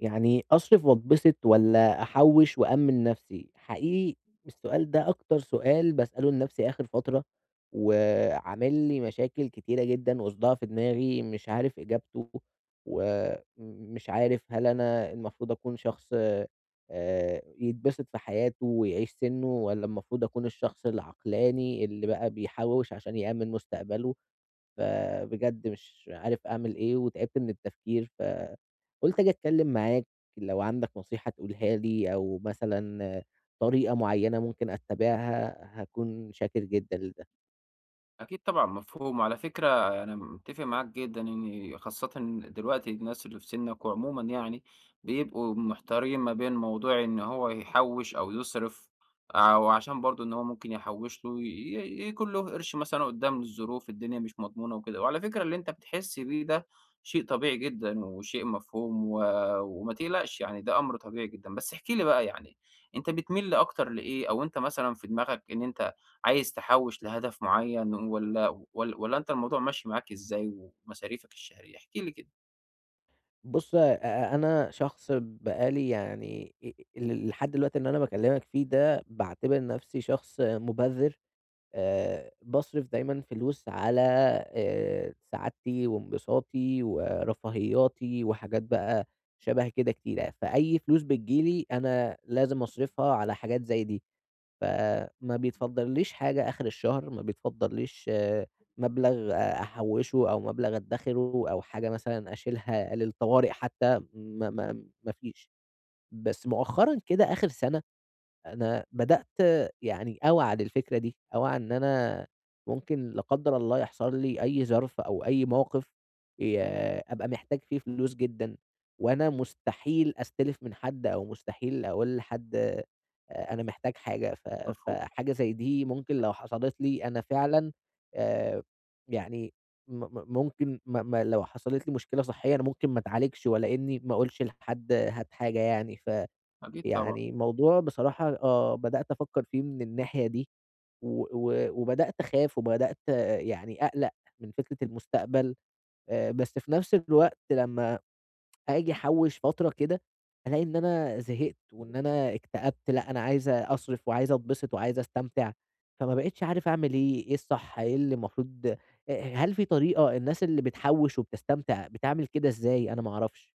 يعني أصرف وأتبسط والّا أحوّش وأأمّن نفسي؟ حقيقي السؤال ده أكتر سؤال باسأله لنفسي آخر فترة، وعامل لي مشاكل كتيرة جدًا وصداع في دماغي مش عارف إجابته، ومش عارف هل أنا المفروض أكون شخص يتبسط في حياته ويعيش سِنّه والّا المفروض أكون الشخص العقلاني اللي بقى بيحوّش عشان يأمّن مستقبله؟ فبجد مش عارف أعمل إيه وتعبت من التفكير، فقُلت آجي أتكلّم معاك لو عندك نصيحة تقولها لي أو مثلًا طريقة معيّنة ممكن أتّبعها هاكون شاكر جدًا لده. أكيد طبعًا مفهوم، وعلى فكرة أنا متّفق معاك جدًا إن خاصةً دلوقتي الناس اللي في سِنّك وعمومًا يعني، بيبقوا محتارين ما بين موضوع إن هو يحوّش أو يصرف، أو عشان برضه إن هو ممكن يحوّش له يكون له قرش مثلًا قدّام الظروف الدنيا مش مضمونة وكده. وعلى فكرة اللي أنت بتحس بيه ده شيء طبيعي جدًا وشيء مفهوم، و وما تقلقش يعني ده أمر طبيعي جدًا، بس احكِ لي بقى يعني أنت بتميل أكتر لإيه، أو أنت مثلًا في دماغك إن أنت عايز تحوّش لهدف معيّن والّا أنت الموضوع ماشي معاك إزاي ومصاريفك الشهرية؟ احكِ لي كده. بُص، أنا شخص بقى لي يعني أ ال لحد دلوقتي اللي أنا باكلّمك فيه ده باعتبر نَفْسي شخص مُبذِّر. باصرف دايمًا فلوس على سعادتي وانبساطي ورفاهياتي وحاجات بقى شَبه كده كتيرة، فأي فلوس بتيجي لي أنا لازم أصرفها على حاجات زي دي، فما بيتفضّليش حاجة آخِر الشهر، ما بيتفضّليش آه، مبلغ أحوّشه أو مبلغ أدّخِره أو حاجة مثلًا أشيلها للطوارئ حتى ما فيش. بس مؤخرًا كده آخِر سَنة أنا بدأت يعني أوعى للفكرة دي، أوعى إن أنا ممكن لا قدّر الله يحصل لي أي ظرف أو أي موقف ي أبقى محتاج فيه فلوس جدًا، وأنا مستحيل أستلف من حد أو مستحيل أقول لحد أنا محتاج حاجة، مفهوم. فحاجة زي دي ممكن لو حصلت لي أنا فعلًا آآ يعني م م ممكن ما ما لو حصلت لي مشكلة صحية أنا ممكن ما اتعالجش، والّا إني ما أقولش لحد هات حاجة يعني أكيد طبعًا. يعني الموضوع بصراحة آه، بدأت أفكّر فيه من الناحية دي، و و وبدأت أخاف وبدأت آه، يعني أقلق من فكرة المستقبل، بس في نفس الوقت لمّا آجي أحوّش فترة كده، ألاقي إن أنا زهقت وإن أنا اكتئبت، لأ أنا عايز أصرف وعايز أتبسط وعايز أستمتع، فما بقيتش عارف أعمل إيه، إيه الصح، إيه اللي المفروض هل في طريقة الناس اللي بتحوّش وبتستمتع بتعمل كده إزاي؟ أنا ما أعرفش.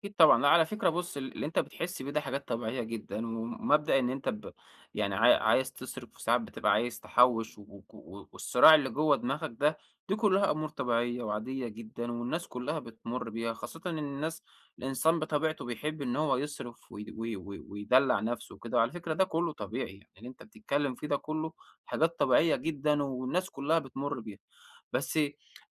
أكيد طبعًا، لأ على فكرة بُص، اللي أنت بتحس بيه ده حاجات طبيعية جدًا، ومبدأ إن أنت يعني عايز تصرف وساعات بتبقى عايز تحوّش، وك و والصراع اللي جوّه دماغك ده، دي كلّها أمور طبيعية وعادية جدًا، والناس كلّها بتمُر بيها، خاصةً إن الناس الإنسان بطبيعته بيحب إن هو يصرف وي وي وي ويدلّع نَفْسه وكده. وعلى فكرة ده كلّه طبيعي، يعني اللي أنت بتتكلّم فيه ده كلّه حاجات طبيعية جدًا والناس كلّها بتمُر بيها. بس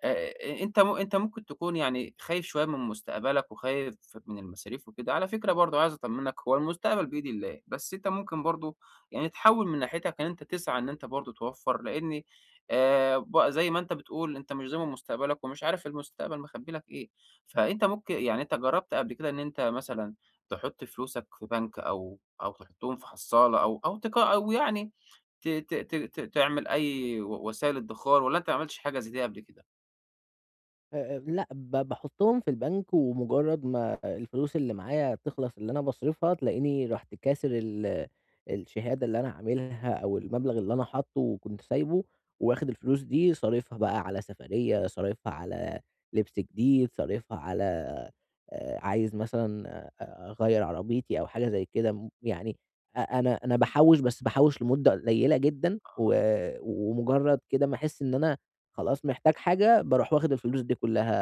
آآ أنت ممكن تكون يعني خايف شوية من مستقبلك وخايف من المصاريف وكده. على فكرة برضه عايز أطمنك، هو المستقبل بإيد الله، بس أنت ممكن برضه يعني تحاول من ناحيتك إن أنت تسعى إن أنت برضه توفّر، لإن ب زي ما أنت بتقول أنت مش ضامن مستقبلك ومش عارف المستقبل مخبّي لك إيه. فأنت ممكن يعني، أنت جرّبت قبل كده إن أنت مثلًا تحُط فلوسك في بنك، أو تحُطّهم في حصّالة، أو يعني ت ت ت ت تعمل أي وسائل ادخار، والّا أنت ما عملتش حاجة زي دي قبل كده؟ لأ، باحطهم في البنك ومجرد ما الفلوس اللي معايا تخلص اللي أنا باصرفها، تلاقيني رُحت كاسر الشهادة اللي أنا عاملها أو المبلغ اللي أنا حاطه وكنت سايبه، واخد الفلوس دي صارفها بقى على سفرية، صارفها على لبس جديد، صارفها على عايز مثلًا أغيّر عربيتي أو حاجة زي كده، يعني أ أنا أنا باحوّش بس باحوّش لمدة قليلة جدًا، و آه. ومجرد كده ما أحس إن أنا خلاص محتاج حاجة، باروح واخد الفلوس دي كلّها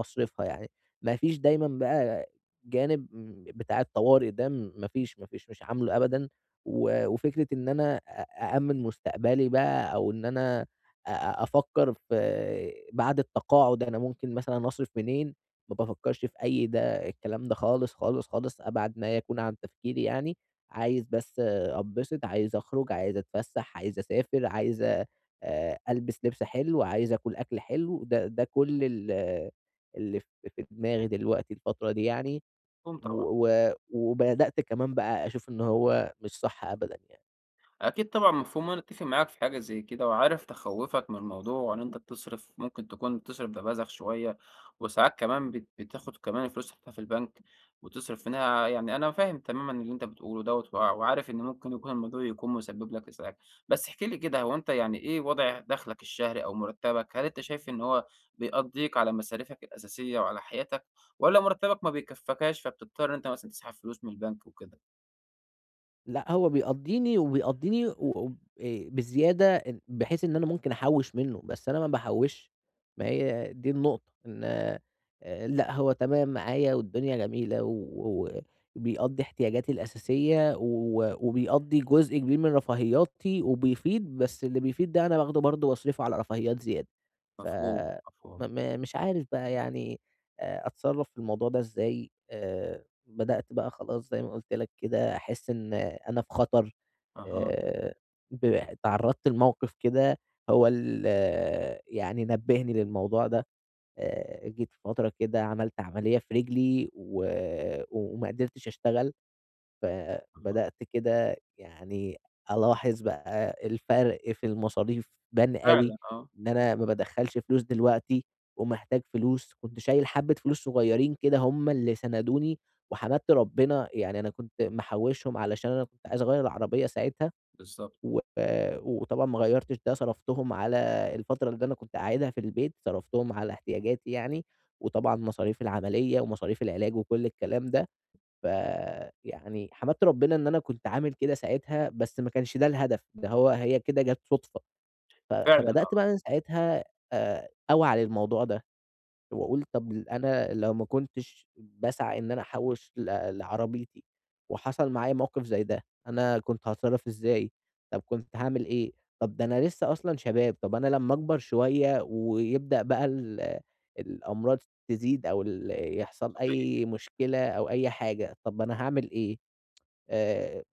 أصرفها يعني، ما فيش دايمًا بقى جانب بتاع الطوارئ ده ما فيش مش عامله أبدًا، وفكرة إن أنا أأمِّن مستقبلي بقى أو إن أنا أفكّر في بعد التقاعد أنا ممكن مثلًا أصرف منين، ما بافكّرش في أي ده الكلام ده خالص، خالص، خالص أبعد ما يكون عن تفكيري يعني، عايز بس أتبسط، عايز أخرج، عايز أتفسّح، عايز أسافر، عايز ألبس لبس حلو، عايز آكل أكل حلو، ده كل اللي في دماغي دلوقتي الفترة دي يعني، مفهوم طبعًا. و و وبدأت كمان بقى أشوف إن هو مش صح أبدًا يعني. أكيد طبعًا مفهوم، وأنا أتّفق معاك في حاجة زي كده، وعارف تخوّفك من الموضوع، وإن أنت بتصرف ممكن تكون بتصرف ببذخ شوية، وساعات كمان بتاخد كمان الفلوس تحطها في البنك وتصرف منها. يعني أنا فاهم تمامًا اللي أنت بتقوله دوّة، وعارف إن ممكن يكون الموضوع يكون مسبب لك إزعاج. بس احكِ لي كده، هو أنت يعني إيه وضع دخلك الشهري أو مرتبك؟ هل أنت شايف إن هو بيقضّيك على مصاريفك الأساسية وعلى حياتك، والّا مرتبك ما بيكفّكاش فبتضطر إن أنت مثلًا تسحب فلوس من البنك وكده؟ لأ، هو بيقضّيني وبيقضّيني و وب بزيادة إن بحيث إن أنا ممكن أحوّش منّه، بس أنا ما باحوّش، ما هي دي النقطة، إن لأ، هو تمام معايا والدنيا جميلة وبيقضّي احتياجاتي الأساسية وبيقضّي جزء كبير من رفاهياتي وبيفيض، بس اللي بيفيض ده أنا باخده برضه باصرفه على رفاهيات زيادة، ف مفهوم، مفهوم. ما ما مش عارف بقى يعني أتصرّف في الموضوع ده إزاي، بدأت بقى خلاص زي ما قُلت لك كده أحس إن أنا في خطر أها، آآ، ب اتعرّضت لموقف كده هو آه، يعني نبّهني للموضوع ده، جيت فترة كده عملت عملية في رجلي وما قدرتش أشتغل. أها. فبدأت كده يعني ألاحظ بقى الفرق في المصاريف بان أوي، فعلًا آه. إن أنا ما بادخّلش فلوس دلوقتي ومحتاج فلوس، كنت شايل حبّة فلوس صغيّرين كده هم اللي سندوني وحمدت ربنا، يعني أنا كنت محوّشهم علشان أنا كنت عايز أغيّر العربية ساعتها بالضبط. و وطبعًا ما غيّرتش ده صرفتهم على الفترة اللي أنا كنت قاعدها في البيت، صرفتهم على احتياجاتي يعني، وطبعًا مصاريف العملية ومصاريف العلاج وكل الكلام ده. فيعني حمدت ربنا إن أنا كنت عامل كده ساعتها، بس ما كانش ده الهدف، ده هو هي كده جات صُدفة، فعلًا آه. فبدأت بقى من ساعتها أوعى للموضوع ده. وأقول طب أنا لو ما كنتش باسعى إن أنا أحوّش لعربيتي وحصل معايا موقف زي ده، أنا كنت هاتصرّف إزاي؟ طب كنت هاعمل إيه؟ طب ده أنا لسه أصلًا شباب، طب أنا لمّا أكبر شوية ويبدأ بقى الأمراض تزيد أو ال يحصل صحيح. أي مشكلة أو أي حاجة، طب أنا هاعمل إيه؟ آآ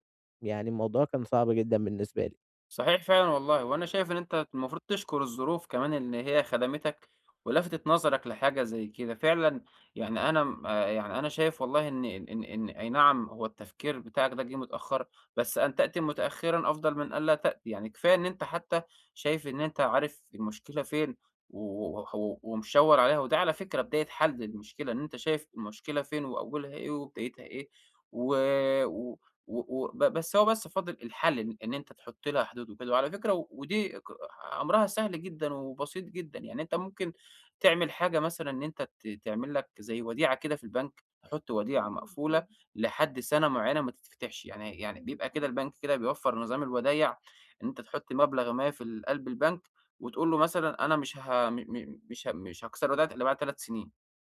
يعني الموضوع كان صعب جدًا بالنسبة لي. صحيح فعلًا والله. وأنا شايف إن أنت المفروض تشكر الظروف كمان إن هي خدمتك ولفتت نظرك لحاجة زي كده، فعلًا. يعني أنا م يعني أنا شايف والله، إن أي نعم هو التفكير بتاعك ده جِه متأخر، بس أن تأتي متأخرًا أفضل من ألا تأتي. يعني كفاية إن أنت حتى شايف إن أنت عارف المشكلة فين، و و ومشاور عليها، وده على فكرة بداية حل للمشكلة، إن أنت شايف المشكلة فين وأولها إيه وبدايتها إيه. و و و و ب بس هو بس فاضل الحل، إن أنت تحُط لها حدود وكده. وعلى فكرة ودي أمرها سهل جدًا وبسيط جدًا، يعني أنت ممكن تعمل حاجة مثلًا إن أنت تعمل لك زي وديعة كده في البنك، تحُط وديعة مقفولة لحد سَنة معيّنة ما تتفتحش. يعني بيبقى كده البنك كده بيوفّر نظام الودايع، إن أنت تحُط مبلغ ما في ال قلب البنك، وتقول له مثلًا أنا مش ه م م مش ه مش هاكسر وديعتك إلّا بعد 3 سنين.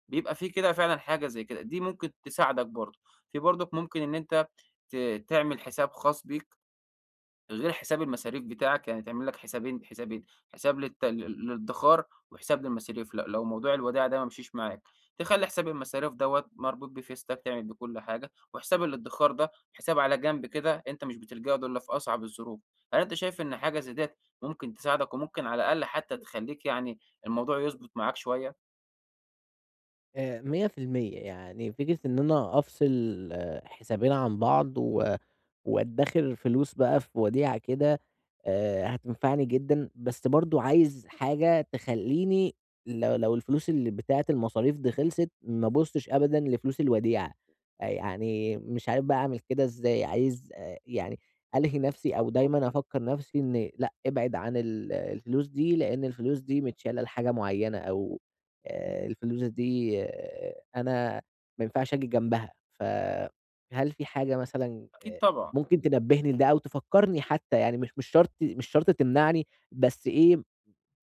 بيبقى في كده فعلًا حاجة زي كده، دي ممكن تساعدك برضه. في برضك ممكن إن أنت ت تعمل حساب خاص بيك غير حساب المصاريف بتاعك، يعني تعمل لك حسابين حسابين، حساب للت لل للادخار، وحساب للمصاريف. لو موضوع الوداع ده ما مشيش معاك، تخلّي حساب المصاريف دوّة مربوط بفيستك، تعمل بيه كل حاجة، وحساب الادخار ده حساب على جنب كده أنت مش بتلجأ له إلا في أصعب الظروف. هل أنت شايف إن حاجة زي ديّة ممكن تساعدك وممكن على الأقل حتى تخلّيك يعني الموضوع يضبط معاك شوية؟ 100% يعني فكرة إن أنا أفصل آه، حسابين عن بعض وأدّخر فلوس بقى في وديعة كده هتنفعني جدًا، بس برضه عايز حاجة تخلّيني لو لو الفلوس اللي بتاعة المصاريف دي خلصت ما أبُصّش أبدًا لفلوس الوديعة، يعني مش عارف بقى أعمل كده إزاي، عايز يعني ألهي نفسي أو دايمًا أفكّر نفسي إن لأ ابعد عن الفلوس دي، لإن الفلوس دي متشالة لحاجة معيّنة أو الفلوس دي آه، أنا ما ينفعش آجي جنبها، فهل في حاجة مثلًا أكيد طبعًا. ممكن تنبهني لده أو تفكّرني حتى يعني مش شرط تمنعني، بس إيه،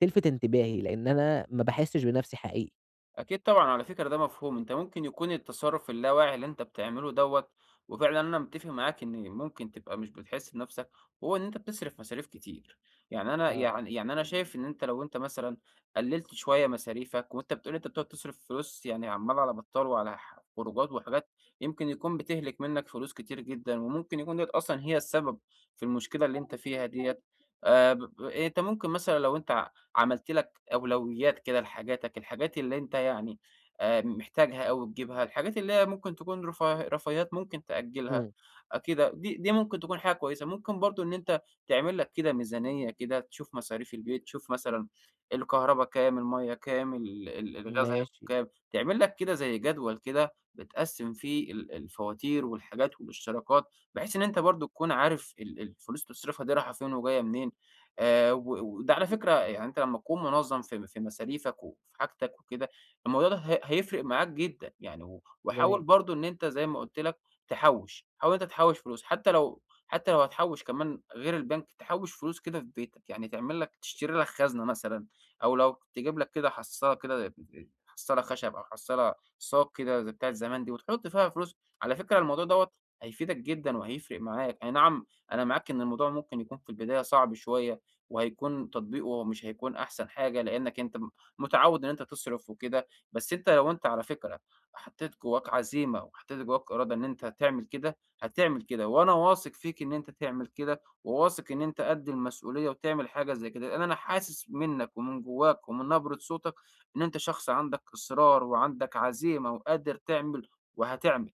تلفت انتباهي لإن أنا ما باحسّش بنَفْسي حقيقي. أكيد طبعًا، على فكرة ده مفهوم. أنت ممكن يكون التصرُّف اللاواعي اللي أنت بتعمله دوّة، وفعلًا أنا متّفق معاك إن ممكن تبقى مش بتحس بنَفْسك، هو إن أنت بتصرف مصاريف كتير. يعني أنا آه. يعني يعني أنا شايف إن لو أنت مثلًا قلّلت شوية مصاريفك، وأنت بتقول أنت بتقعد تصرف فلوس يعني عمّال على بطّال وعلى خروجات وحاجات يمكن يكون بتهلِك منّك فلوس كتير جدًا، وممكن يكون ديّة أصلًا هي السبب في المشكلة اللي أنت فيها ديّة. ب ب أنت ممكن مثلًا لو أنت عملت لك أولويات كده لحاجاتك، الحاجات اللي أنت يعني محتاجها أوي تجيبها، الحاجات اللي هي ممكن تكون رفاهيات ممكن تأجّلها إمم. كده، دي ممكن تكون حاجة كويسة. ممكن برضه إن أنت تعمل لك كده ميزانية كده، تشوف مصاريف البيت، تشوف مثلًا الكهربا كام، المَيّة كام، ال ال الغاز هياخد ماشي، كام، تعمل لك كده زي جدول كده بتقسّم فيه الفواتير والحاجات والاشتراكات، بحيث إن أنت برضه تكون عارف الفلوس تصرفها دي رايحة فين وجاية منين. و وده على فكرة يعني أنت لمّا تكون منظّم في مصاريفك وفي حاجتك وكده، الموضوع ده هيفرق معاك جدًا يعني. وحاول جميل. برضه إن أنت زي ما قُلت لك تحوّش، حاول إن أنت تحوّش فلوس، حتى لو هتحوّش كمان غير البنك، تحوّش فلوس كده في بيتك. يعني تعمل لك تشتري لك خزنة مثلًا، أو لو تجيب لك كده حصّالة كده، ب ب حصّالة خشب أو حصّالة صاج كده زي بتاعة زمان دي وتحط فيها فلوس. على فكرة الموضوع دوّة هيفيدك جدًا وهيفرق معاك. أي نعم أنا معاك إن الموضوع ممكن يكون في البداية صعب شوية. وهيكون تطبيقه مش هيكون أحسن حاجة، لإنّك أنت متعوّد إن أنت تصرف وكده، بس أنت لو أنت على فكرة حطّيت جواك عزيمة وحطّيت جواك إرادة إن أنت هتعمل كده، هتعمل كده، وأنا واثق فيك إن أنت تعمل كده، وواثق إن أنت قد المسؤولية وتعمل حاجة زي كده، لإن أنا حاسس منّك ومن جواك ومن نبرة صوتك إن أنت شخص عندك إصرار وعندك عزيمة وقادر تعمل وهتعمل.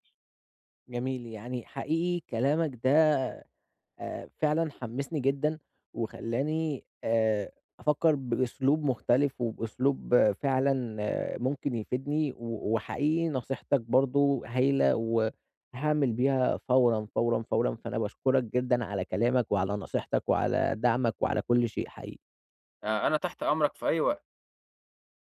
جميل، يعني حقيقي كلامك ده فعلًا حمّسني جدًا، وخلّاني أفكّر بأسلوب مختلف، وبأسلوب آه، فعلًا آه، ممكن يفيدني، وحقيقي نصيحتك برضه هايلة، وهاعمل بيها فورًا، فورًا، فورًا، فأنا باشكرك جدًا على كلامك، وعلى نصيحتك، وعلى دعمك، وعلى كل شيء حقيقي. أنا تحت أمرك في أي وقت.